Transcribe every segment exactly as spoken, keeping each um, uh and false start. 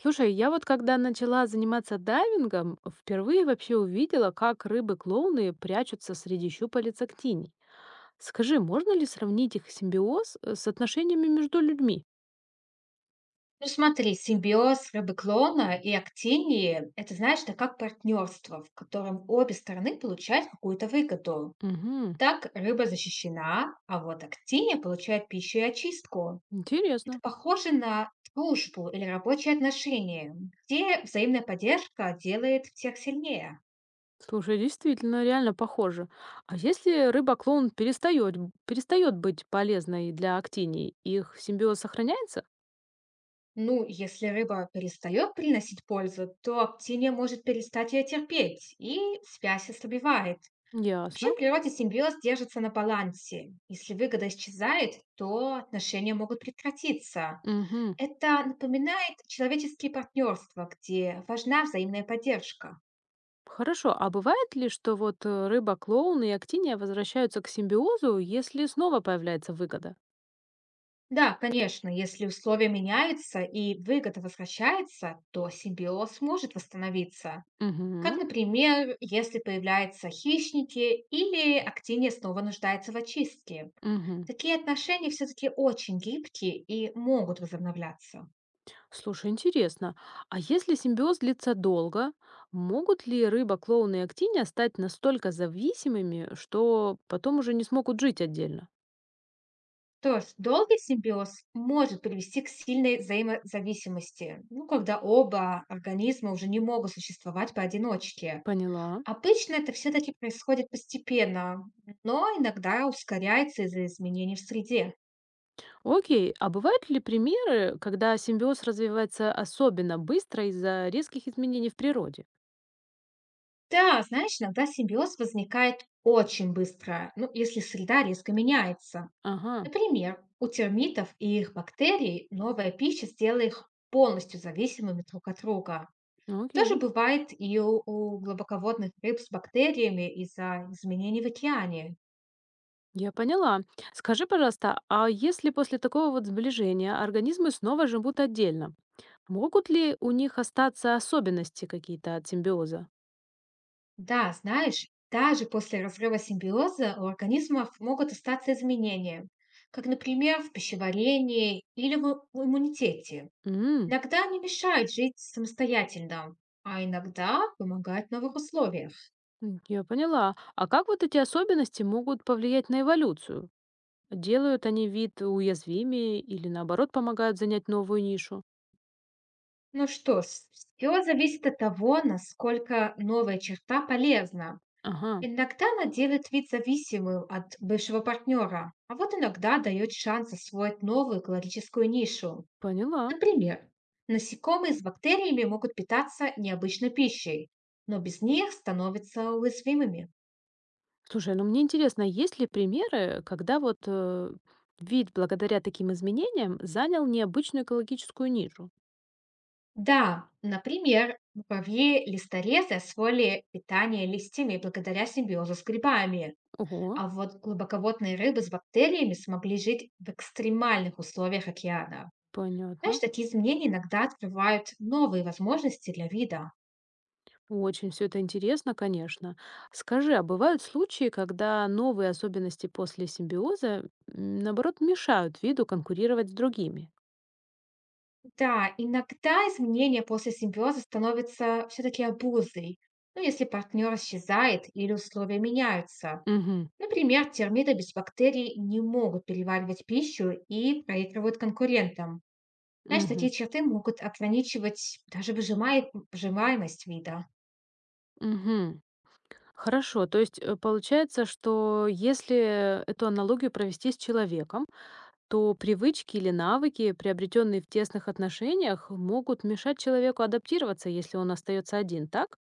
Слушай, я вот когда начала заниматься дайвингом, впервые вообще увидела, как рыбы-клоуны прячутся среди щупалец актиний. Скажи, можно ли сравнить их симбиоз э, с отношениями между людьми? Ну смотри, симбиоз рыбы-клона и актинии – это, знаешь, это как партнерство, в котором обе стороны получают какую-то выгоду. Угу, Так рыба защищена, а вот актиния получает пищу и очистку. Это интересно. похоже на дружбу или рабочие отношения, где взаимная поддержка делает всех сильнее. Слушай, действительно, реально похоже. А если рыба-клоун перестает, перестает быть полезной для актиний, их симбиоз сохраняется? Ну, если рыба перестает приносить пользу, то актиния может перестать ее терпеть, и связь ослабевает. Вообще Ясно. в природе симбиоз держится на балансе. Если выгода исчезает, то отношения могут прекратиться. Угу. Это напоминает человеческие партнерства, где важна взаимная поддержка. Хорошо, а бывает ли, что вот э, рыба-клоун и актиния возвращаются к симбиозу, если снова появляется выгода? Да, конечно, если условия меняются и выгода возвращается, то симбиоз может восстановиться. Как, Угу, например, если появляются хищники или актиния снова нуждается в очистке. угу. Такие отношения все-таки очень гибкие и могут возобновляться. Слушай, интересно. А если симбиоз длится долго, могут ли рыба-клоун и актиния стать настолько зависимыми, что потом уже не смогут жить отдельно? Что ж, долгий симбиоз может привести к сильной взаимозависимости, ну, когда оба организма уже не могут существовать поодиночке. Поняла. Обычно это все-таки происходит постепенно, но иногда ускоряется из-за изменений в среде. Окей, а бывают ли примеры, когда симбиоз развивается особенно быстро из-за резких изменений в природе? Да, знаешь, иногда симбиоз возникает очень быстро, ну, если среда резко меняется. Ага, Например, у термитов и их бактерий новая пища сделала их полностью зависимыми друг от друга. Тоже окей. бывает и у, у глубоководных рыб с бактериями из-за изменений в океане. Я поняла. Скажи, пожалуйста, а если после такого вот сближения организмы снова живут отдельно, могут ли у них остаться особенности какие-то от симбиоза? Да, знаешь, даже после разрыва симбиоза у организмов могут остаться изменения, как, например, в пищеварении или в имму- в иммунитете. М, Иногда они мешают жить самостоятельно, а иногда помогают в новых условиях. м, я поняла. А как вот эти особенности могут повлиять на эволюцию? Делают они вид уязвимее или наоборот помогают занять новую нишу? Ну что ж, все зависит от того, насколько новая черта полезна. Ага, Иногда она делает вид зависимым от бывшего партнера, а вот иногда дает шанс освоить новую экологическую нишу. поняла. Например, насекомые с бактериями могут питаться необычной пищей, но без них становятся уязвимыми. Слушай, ну мне интересно, есть ли примеры, когда вот э, вид благодаря таким изменениям занял необычную экологическую нишу? Да, например, муравьи-листорезы освоили питание листьями благодаря симбиозу с грибами, Ого, а вот глубоководные рыбы с бактериями смогли жить в экстремальных условиях океана. Знаешь, понятно. такие изменения иногда открывают новые возможности для вида. Очень все это интересно, конечно. Скажи, а бывают случаи, когда новые особенности после симбиоза, м, наоборот, мешают виду конкурировать с другими? Да, иногда изменения после симбиоза становятся все-таки обузой. Ну, если партнер исчезает или условия меняются. Угу, Например, термиты без бактерий не могут переваривать пищу и проигрывают конкурентам. Знаешь, такие угу, черты могут ограничивать даже выжимай- выжимаемость вида. угу. Хорошо, то есть э, получается, что если эту аналогию провести с человеком, то привычки или навыки, приобретенные в тесных отношениях, могут мешать человеку адаптироваться, если он остается один, так?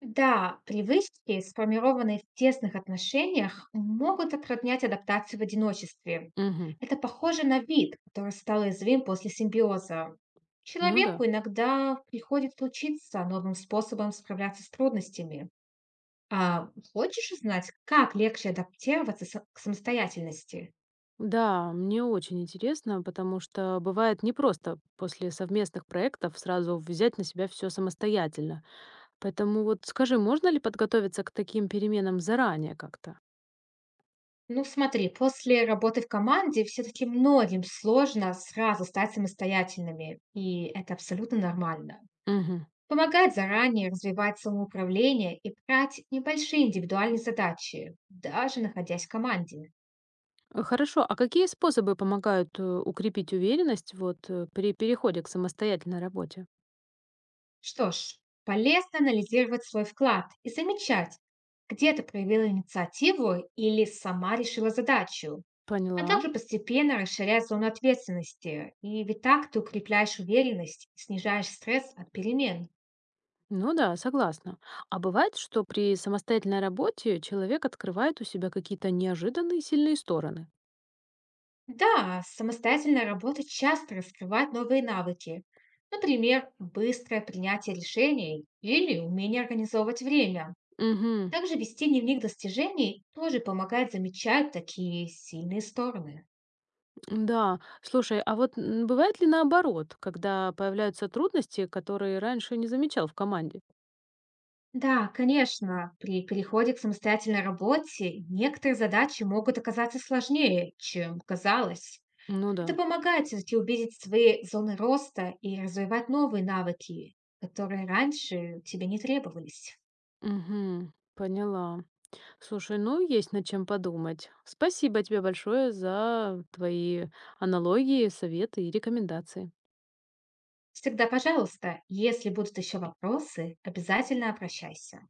Да, привычки, сформированные в тесных отношениях, могут затруднять адаптацию в одиночестве. Угу. Это похоже на вид, который стал уязвим после симбиоза. Ну Человеку да. иногда приходится учиться новым способом справляться с трудностями. А хочешь узнать, как легче адаптироваться са- к самостоятельности? Да, мне очень интересно, потому что бывает непросто после совместных проектов сразу взять на себя все самостоятельно. Поэтому вот скажи, можно ли подготовиться к таким переменам заранее как-то? Ну смотри, после работы в команде все-таки многим сложно сразу стать самостоятельными, и это абсолютно нормально. Мгм. Помогает заранее развивать самоуправление и брать небольшие индивидуальные задачи, даже находясь в команде. Э, Хорошо, а какие способы помогают э, укрепить уверенность вот э, при переходе к самостоятельной работе? Что ж, полезно анализировать свой вклад и замечать, где ты проявила инициативу или сама решила задачу, а Поняла. также постепенно расширять зону ответственности. И ведь так ты укрепляешь уверенность и снижаешь стресс от перемен. Ну да, согласна. А бывает, что при самостоятельной работе человек открывает у себя какие-то неожиданные сильные стороны? Да, самостоятельная работа часто раскрывает новые навыки. Например, быстрое принятие решений или умение организовывать время. Угу. Также вести дневник достижений тоже помогает замечать такие сильные стороны. Да, слушай, а вот м, бывает ли наоборот, когда появляются трудности, которые раньше не замечал в команде? Да, конечно, при переходе к самостоятельной работе некоторые задачи могут оказаться сложнее, чем казалось. Ну да. Это помогает все-таки увидеть свои зоны роста и развивать новые навыки, которые раньше тебе не требовались. Угу, поняла. Слушай, ну есть над чем подумать. Спасибо тебе большое за твои аналогии, советы и рекомендации. Всегда пожалуйста. Если будут еще вопросы, обязательно обращайся.